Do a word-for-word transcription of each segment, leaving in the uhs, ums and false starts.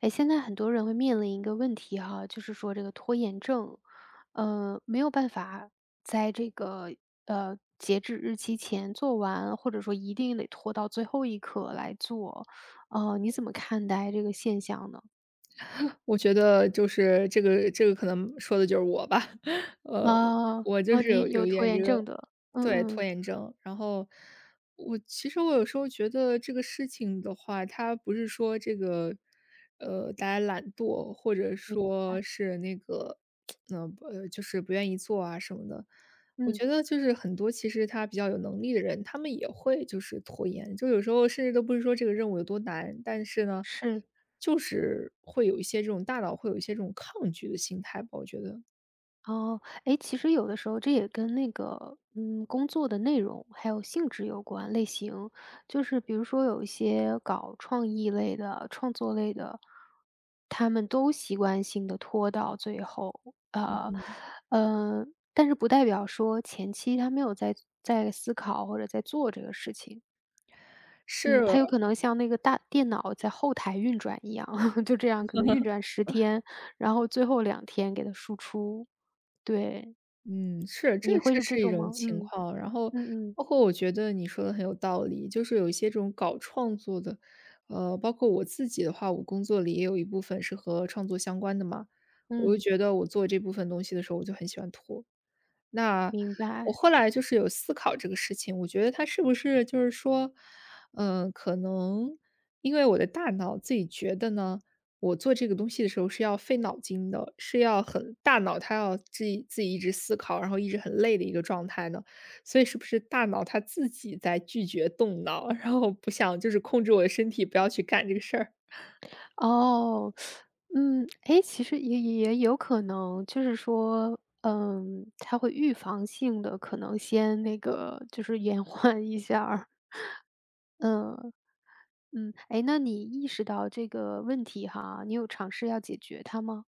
哎，现在很多人会面临一个问题哈，就是说这个拖延症，呃，没有办法在这个呃截止日期前做完，或者说一定得拖到最后一刻来做，呃，你怎么看待这个现象呢？我觉得就是这个这个可能说的就是我吧，呃，嗯啊，我就哦，是有你有有一拖点这延个症的，对，嗯拖嗯，延症。然后我其实我有时候觉得这个事情的话，它不是说这个，呃，大家懒惰，或者你说是那个嗯，呃，不呃就是不愿意做啊什么的。我嗯，觉得就是很多其实他比较有能力的人，他们也会就是拖延，就有时候甚至都不是说这个任务有多难，但是呢，是。就是会有一些这种大脑会有一些这种抗拒的心态吧，我觉得哦，哎，其实有的时候这也跟那个，嗯，工作的内容还有性质有关，类型。就是比如说有一些搞创意类的、创作类的，他们都习惯性的拖到最后。呃，呃，但是不代表说前期他没有在在思考或者在做这个事情。嗯，是，他有可能像那个大电脑在后台运转一样，就这样可能运转十天，然后最后两天给它输出，对。嗯，是，这你会这是这是一种种吗？情嗯，况。然后嗯嗯，包括我觉得你说的很有道理，就是有一些这种搞创作的，呃，包括我自己的话，我工作里也有一部分是和创作相关的嘛，我就嗯，觉得我做这部分东西的时候，我就很喜欢拖。那明我白。后来就是有思考这个事情，我觉得他是不是就是说，嗯，可能因为我的大脑自己觉得呢，我做这个东西的时候是要费脑筋的，是要很大脑它要自己自己一直思考，然后一直很累的一个状态呢，所以是不是大脑它自己在拒绝动脑，然后不想就是控制我的身体不要去干这个事儿？哦，嗯，诶，其实也也有可能，就是说，嗯，他会预防性的，可能先那个就是延 缓一下儿嗯，嗯，诶，那你意识到这个问题哈，你有尝试要解决它吗？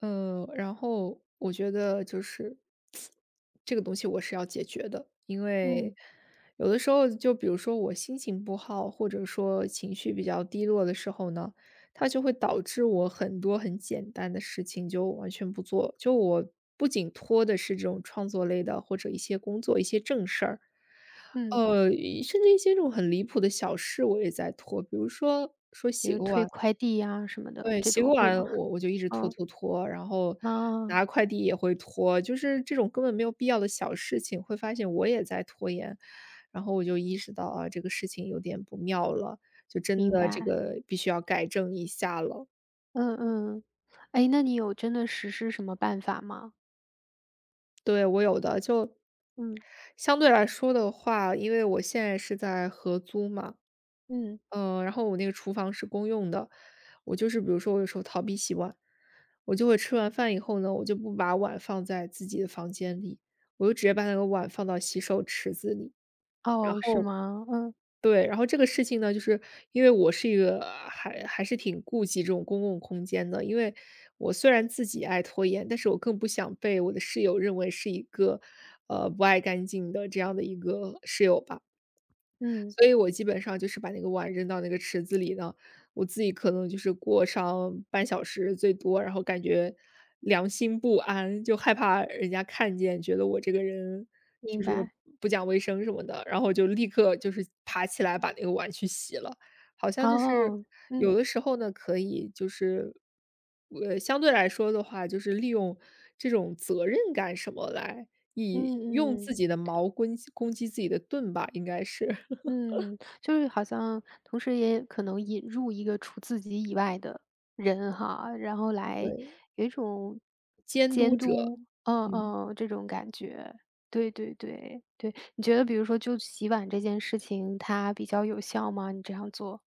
嗯，然后我觉得就是这个东西我是要解决的，因为嗯，有的时候就比如说我心情不好，或者说情绪比较低落的时候呢，它就会导致我很多很简单的事情就完全不做。就我不仅拖的是这种创作类的或者一些工作、一些正事儿，嗯，呃，甚至一些这种很离谱的小事我也在拖，比如说说比洗如个推碗。快递呀什么的，对，这洗种会碗吗？我我就一直拖嗯，拖拖，然后啊，拿快递也会拖，就是这种根本没有必要的小事情，会发现我也在拖延。然后我就意识到啊，这个事情有点不妙了，就真明的这白，个必须要改正一下了。嗯嗯。诶，那你有真的实施什么办法吗？对，我有的，就嗯。相对来说的话，因为我现在是在合租嘛，嗯，嗯，然后我那个厨房是公用的，我就是比如说我有时候逃避洗碗，我就会吃完饭以后呢，我就不把碗放在自己的房间里，我就直接把那个碗放到洗手池子里。然哦，是后吗？嗯，对，然后这个事情呢，就是因为我是一个呃还还是挺顾及这种公共空间的，因为我虽然自己爱拖延，但是我更不想被我的室友认为是一个呃不爱干净的这样的一个室友吧。嗯，所以我基本上就是把那个碗扔到那个池子里呢，我自己可能就是过上半小时最多，然后感觉良心不安，就害怕人家看见，觉得我这个人就明是白。不讲卫生什么的，然后就立刻就是爬起来把那个碗去洗了。好像就是哦，有嗯，的时候呢，可以就是呃，相对来说的话，就是利用这种责任感什么来，以嗯用嗯嗯，自己的矛攻击攻击自己的盾吧，应该是。嗯就是好像同时也可能引入一个除自己以外的人哈，然后对，来有一种监督监者，督，嗯嗯。嗯嗯，这种感觉。对对对对，你觉得比如说就洗碗这件事情，它比较有效吗？你这样做？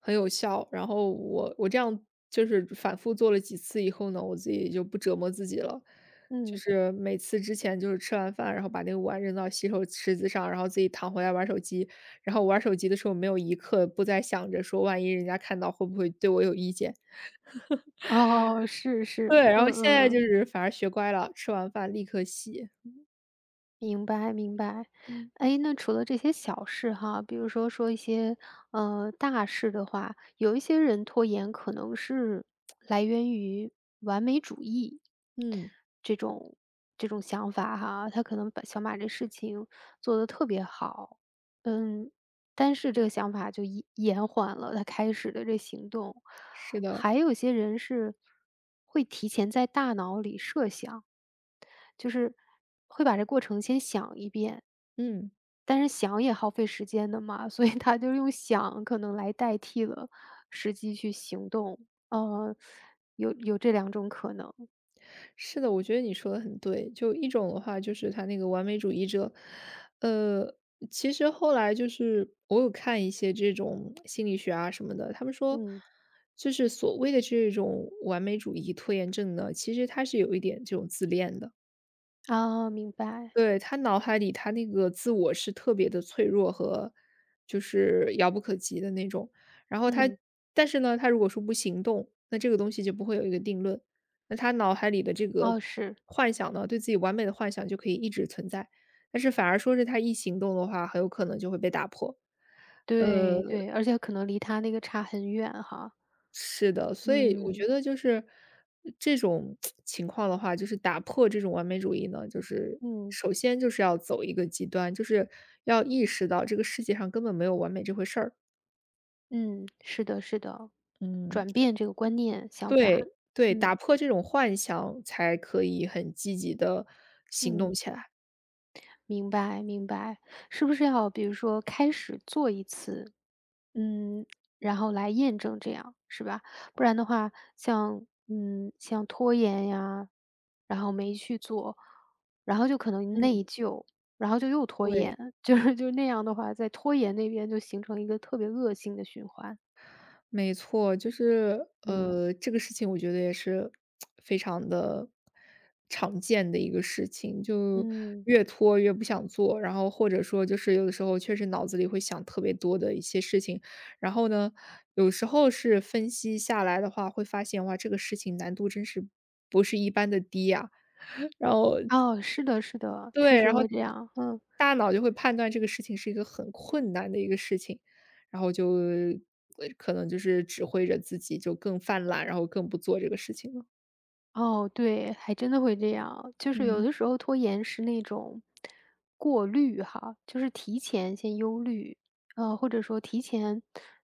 很有效。然后我我这样就是反复做了几次以后呢，我自己就不折磨自己了。就嗯，是每次之前就是吃完饭，然后把那个碗扔到洗手池子上，然后自己躺回来玩手机。然后玩手机的时候没有一刻不再想着说万一人家看到会不会对我有意见。哦，是是，对，然后嗯现在就嗯。是反而学乖了，吃完饭立刻洗。明白明白。嗯。哎，那除了这些小事哈，比如说说一些，呃，大事的话，有一些人拖延可能是来源于完美主义，嗯，这种这种想法哈，他可能把想把这事情做得特别好，嗯，但是这个想法就延延缓了他开始的这行动。是的，还有些人是会提前在大脑里设想。就是会把这过程先想一遍，嗯。但是想也耗费时间的嘛，所以他就用想可能来代替了实际去行动。呃，有有这两种可能，是的，我觉得你说的很对。就一种的话，就是他那个完美主义者，呃，其实后来就是我有看一些这种心理学啊什么的，他们说，嗯，就是所谓的这种完美主义拖延症呢，其实他是有一点这种自恋的。啊，明白，对，他脑海里他那个自我是特别的脆弱和就是遥不可及的那种。然后嗯他嗯，但是呢，他如果说不行动，那这个东西就不会有一个定论。那他脑海里的这个哦，是，幻想呢，对自己完美的幻想就可以一直存在，但是反而说是他一行动的话，很有可能就会被打破。对对，而且可能离他那个差很远哈。是的，所以我觉嗯，得就是这种情况的话，就是打破这种完美主义呢，就是嗯，首先就是要走一个极端，就是要意识到这个世界上根本没有完美这回事儿。嗯，是的是的，嗯，转变这个观念想对法，对，嗯，打破这种幻想，才可以很积极的行动嗯，起来。明白明白，是不是要比如说开始做一次嗯，然后来验证这样，是吧？不然的话，像嗯，像拖延呀，然后没去做，然后就可能嗯，内疚，然后就又拖对。延，就是就那样的话，在拖延那边就形成一个特别恶性的循环。没错，就是嗯。呃，这个事情我觉得也是非常的常见的一个事情，就嗯。越拖越不想做，然后或者说就是有的时候确实脑子里会想特别多的一些事情，然后呢，有时候是分析下来的话，会发现哇，这个事情难度真是不是一般的低呀、然后哦，是的是的，确对，然实后会这样，嗯。大脑就会判断这个事情是一个很困难的一个事情，然后就呃可能就是指挥着自己就更犯懒，然后更不做这个事情了。哦，对，还真的会这样。就是有嗯的时候拖延是那种过滤哈，就是提前先忧虑，呃，或者说提前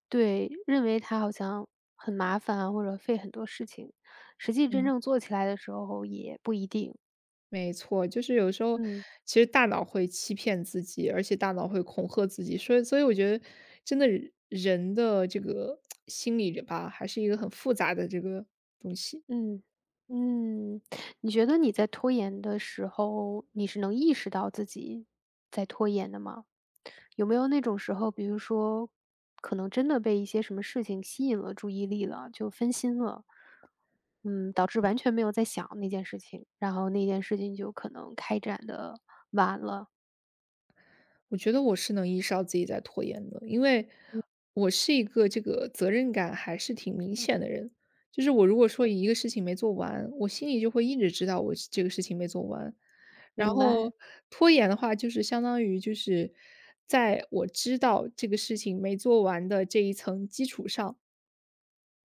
对认为它好像很麻烦啊或者费很多事情，实际真嗯。正做起来的时候也不一定。没错，就是有时候嗯。其实大脑会欺骗自己，而且大脑会恐吓自己，所以所以我觉得真的人的这个心理吧，还是一个很复杂的这个东西。嗯，嗯，你觉得你在拖延的时候，你是能意识到自己在拖延的吗？有没有那种时候，比如说，可能真的被一些什么事情吸引了注意力了，就分心了，嗯，导致完全没有在想那件事情，然后那件事情就可能开展的晚了。我觉得我是能意识到自己在拖延的，因为我是一个这个责任感还是挺明显的人。就是我如果说一个事情没做完，我心里就会一直知道我是这个事情没做完。然嗯明后白，拖延的话，就是相当于就是在我知道这个事情没做完的这一层基础上，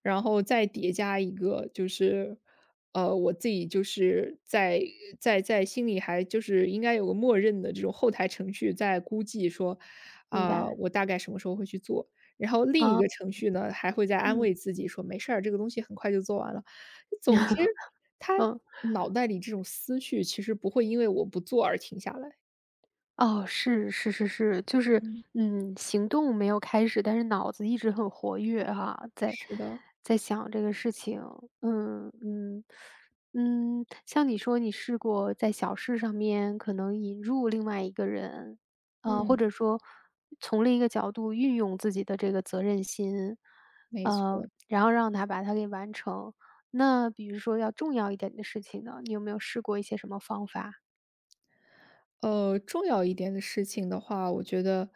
然后再叠加一个就是，呃，我自己就是在在在心里还就是应该有个默认的这种后台程序在估计说，明啊、白，我大概什么时候会去做。然后另一啊，个程序呢，还会在安嗯 慰自己说没事儿，这个东西很快就做完了。总之，他嗯。脑袋里这种思绪其实不会因为我不做而停下来。哦，是是是是，就是，嗯嗯，行动没有开始，但是脑子一直很活跃哈，在是的，在想这个事情。嗯嗯嗯，像你说你试过在小事上面可能引入另外一个人，啊，或嗯。者说从另一个角度运用自己的这个责任心，没呃，错。然后让他把它给完成。那比如说要重要一点的事情呢，你有没有试过一些什么方法？呃，重要一点的事情的话，我觉得，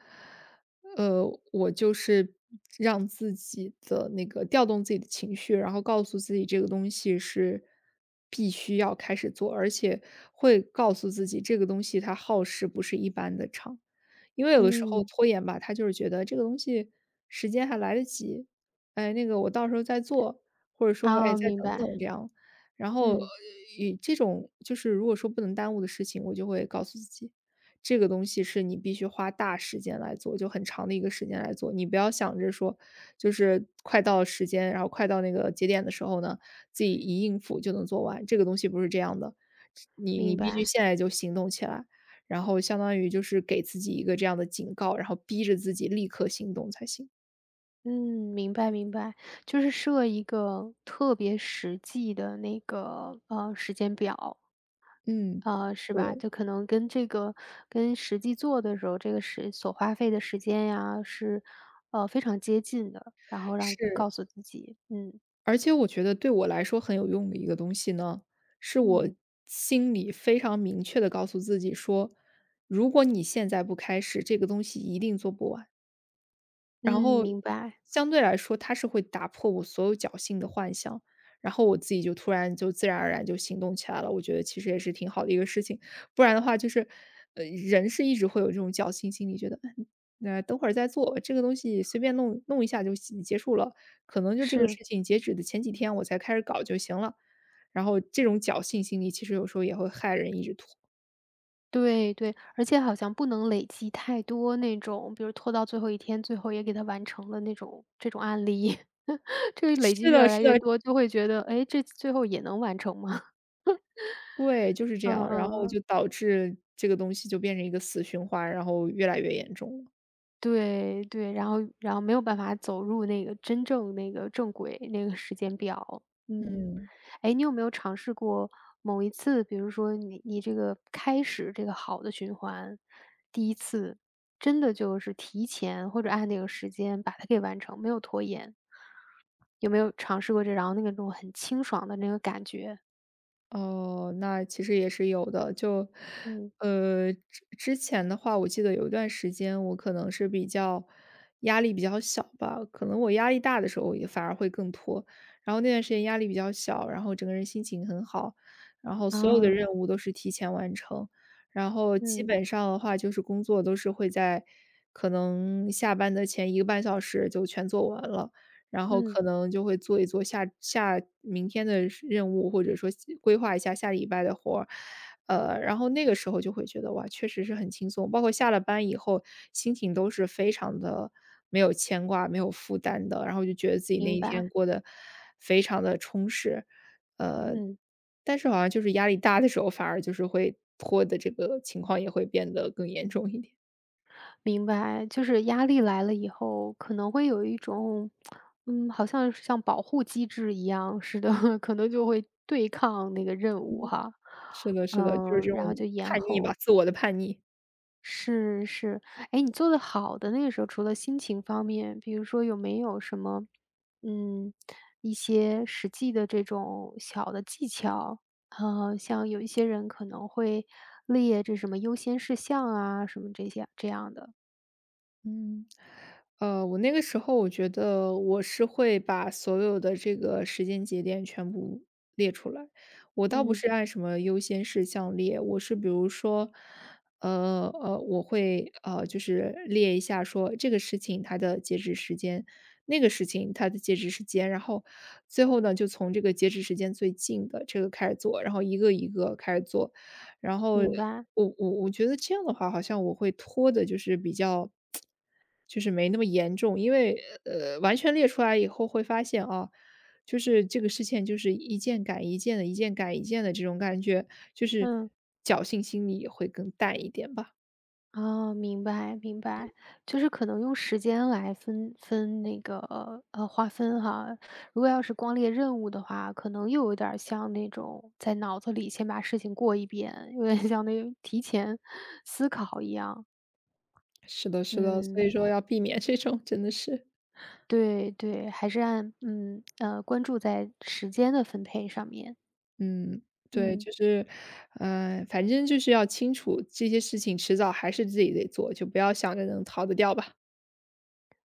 呃，我就是让自己的那个调动自己的情绪，然后告诉自己这个东西是必须要开始做，而且会告诉自己这个东西它耗时不是一般的长。因为有的时候嗯，拖延吧，他就是觉得这个东西时间还来得及，哎，那个我到时候再做，或者说哎啊，再明等白。等这样。然后，呃，嗯，以这种就是如果说不能耽误的事情，我就会告诉自己，这个东西是你必须花大时间来做，就很长的一个时间来做。你不要想着说，就是快到时间，然后快到那个节点的时候呢，自己一应付就能做完。这个东西不是这样的，你你明必须白。现在就行动起来，然后相当于就是给自己一个这样的警告，然后逼着自己立刻行动才行。嗯，明白明白，就是设一个特别实际的那个，呃，时间表，嗯，呃，是吧？对，就可能跟这个跟实际做的时候，这个时所花费的时间呀，是，呃，非常接近的，然后让是。告诉自己，嗯，而且我觉得对我来说很有用的一个东西呢，是我嗯，心里非常明确的告诉自己说，如果你现在不开始，这个东西一定做不完。然嗯，后明白，相对来说，它是会打破我所有侥幸的幻想，然后我自己就突然就自然而然就行动起来了。我觉得其实也是挺好的一个事情，不然的话就是，呃，人是一直会有这种侥幸心理，觉得嗯那、呃等会儿再做这个东西，随便弄弄一下就结结束了，可能就这个是。事情截止的前几天我才开始搞就行了。然后这种侥幸心理，其实有时候也会害人一直拖。对对，而且好像不能累积太多那种，比如拖到最后一天，最后也给他完成了那种这种案例。这 个累积是越的，是来越的，多，就会觉得，诶，这最后也能完成吗？对，就是这嗯样，然后就嗯。导致这个东西就变成一个死循环，然后越来越严重了。对对，然后然后没有办法走入那个真正那个正轨那个时间表，嗯。嗯。哎，你有没有尝试过某一次，比如说你你这个开始这个好的循环，第一次真的就是提前或者按那个时间把它给完成，没有拖延？有没有尝试过这然后那个那种很清爽的那个感觉？哦，那其实也是有的。就，嗯，呃，之之前的话，我记得有一段时间，我可能是比较压力比较小吧，可能我压力大的时候也反而会更拖。然后那段时间压力比较小，然后整个人心情很好，然后所有的啊，任务都是提前完成，然后基嗯，本上的话就是工作都是会在可能下班的前一个半小时就全做完了。然后嗯，可能就会做一做下下明天的事任务，或者说规划一下下礼拜的活儿。呃，然后那个时候就会觉得，哇，确实是很轻松，包括下了班以后，心情都是非常的没有牵挂、没有负担的，然后就觉得自己那明一白，天过得非常的充实。呃，嗯。但是好像就是压力大的时候，反而就是会拖的这个情况也会变得更严重一点。明白，就是压力来了以后，可能会有一种，嗯，好像是像保护机制一样似的，可能就会对抗那个任务嗯，哈，是的是的，就是嗯，这然后种就延叛逆吧，后。自我的叛逆。是是，哎，你做的好的那个时候，除了心情方面，比如说有没有什么，嗯，一些实际的这种小的技巧，呃，像有一些人可能会列这什么优先事项啊，什么这些这样的，嗯，呃，我那个时候我觉得我是会把所有的这个时间节点全部列出来，我倒不嗯。是按什么优先事项列，我是比如说，呃呃，我会呃就是列一下说这个事情它的截止时间，那个事情它的截止时间，然后最后呢就从这个截止时间最近的这个开始做，然后一个一个开始做，然后。明白，我我我觉得这样的话，好像我会拖的，就是比较就是没那么严重。因为，呃，完全列出来以后会发现啊，就是这个事情就是一件赶一件的，一件赶一件的这种感觉，就是嗯，侥幸心理也会更淡一点吧。哦，明白明白，就是可能用时间来分分那个呃划分哈。如果要是光列任务的话，可能又有点儿像那种在脑子里先把事情过一遍，有点像那种提前思考一样。是的，是的，所以嗯，说要避免这种，真的是。对对，还是按嗯呃关注在时间的分配上面，嗯，对，嗯。就是，嗯，反正就是要清楚这些事情迟早还是自己得做，就不要想着能逃得掉吧。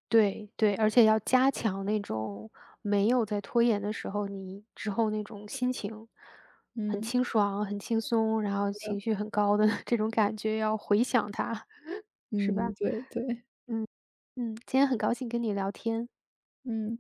对对，而且要加强那种没有在拖延的时候，你之后那种心情很嗯，清爽、很轻松，然后情绪很高的 这种感觉，要回想它，是嗯，吧？对对，嗯嗯，今天很高兴跟你聊天。嗯。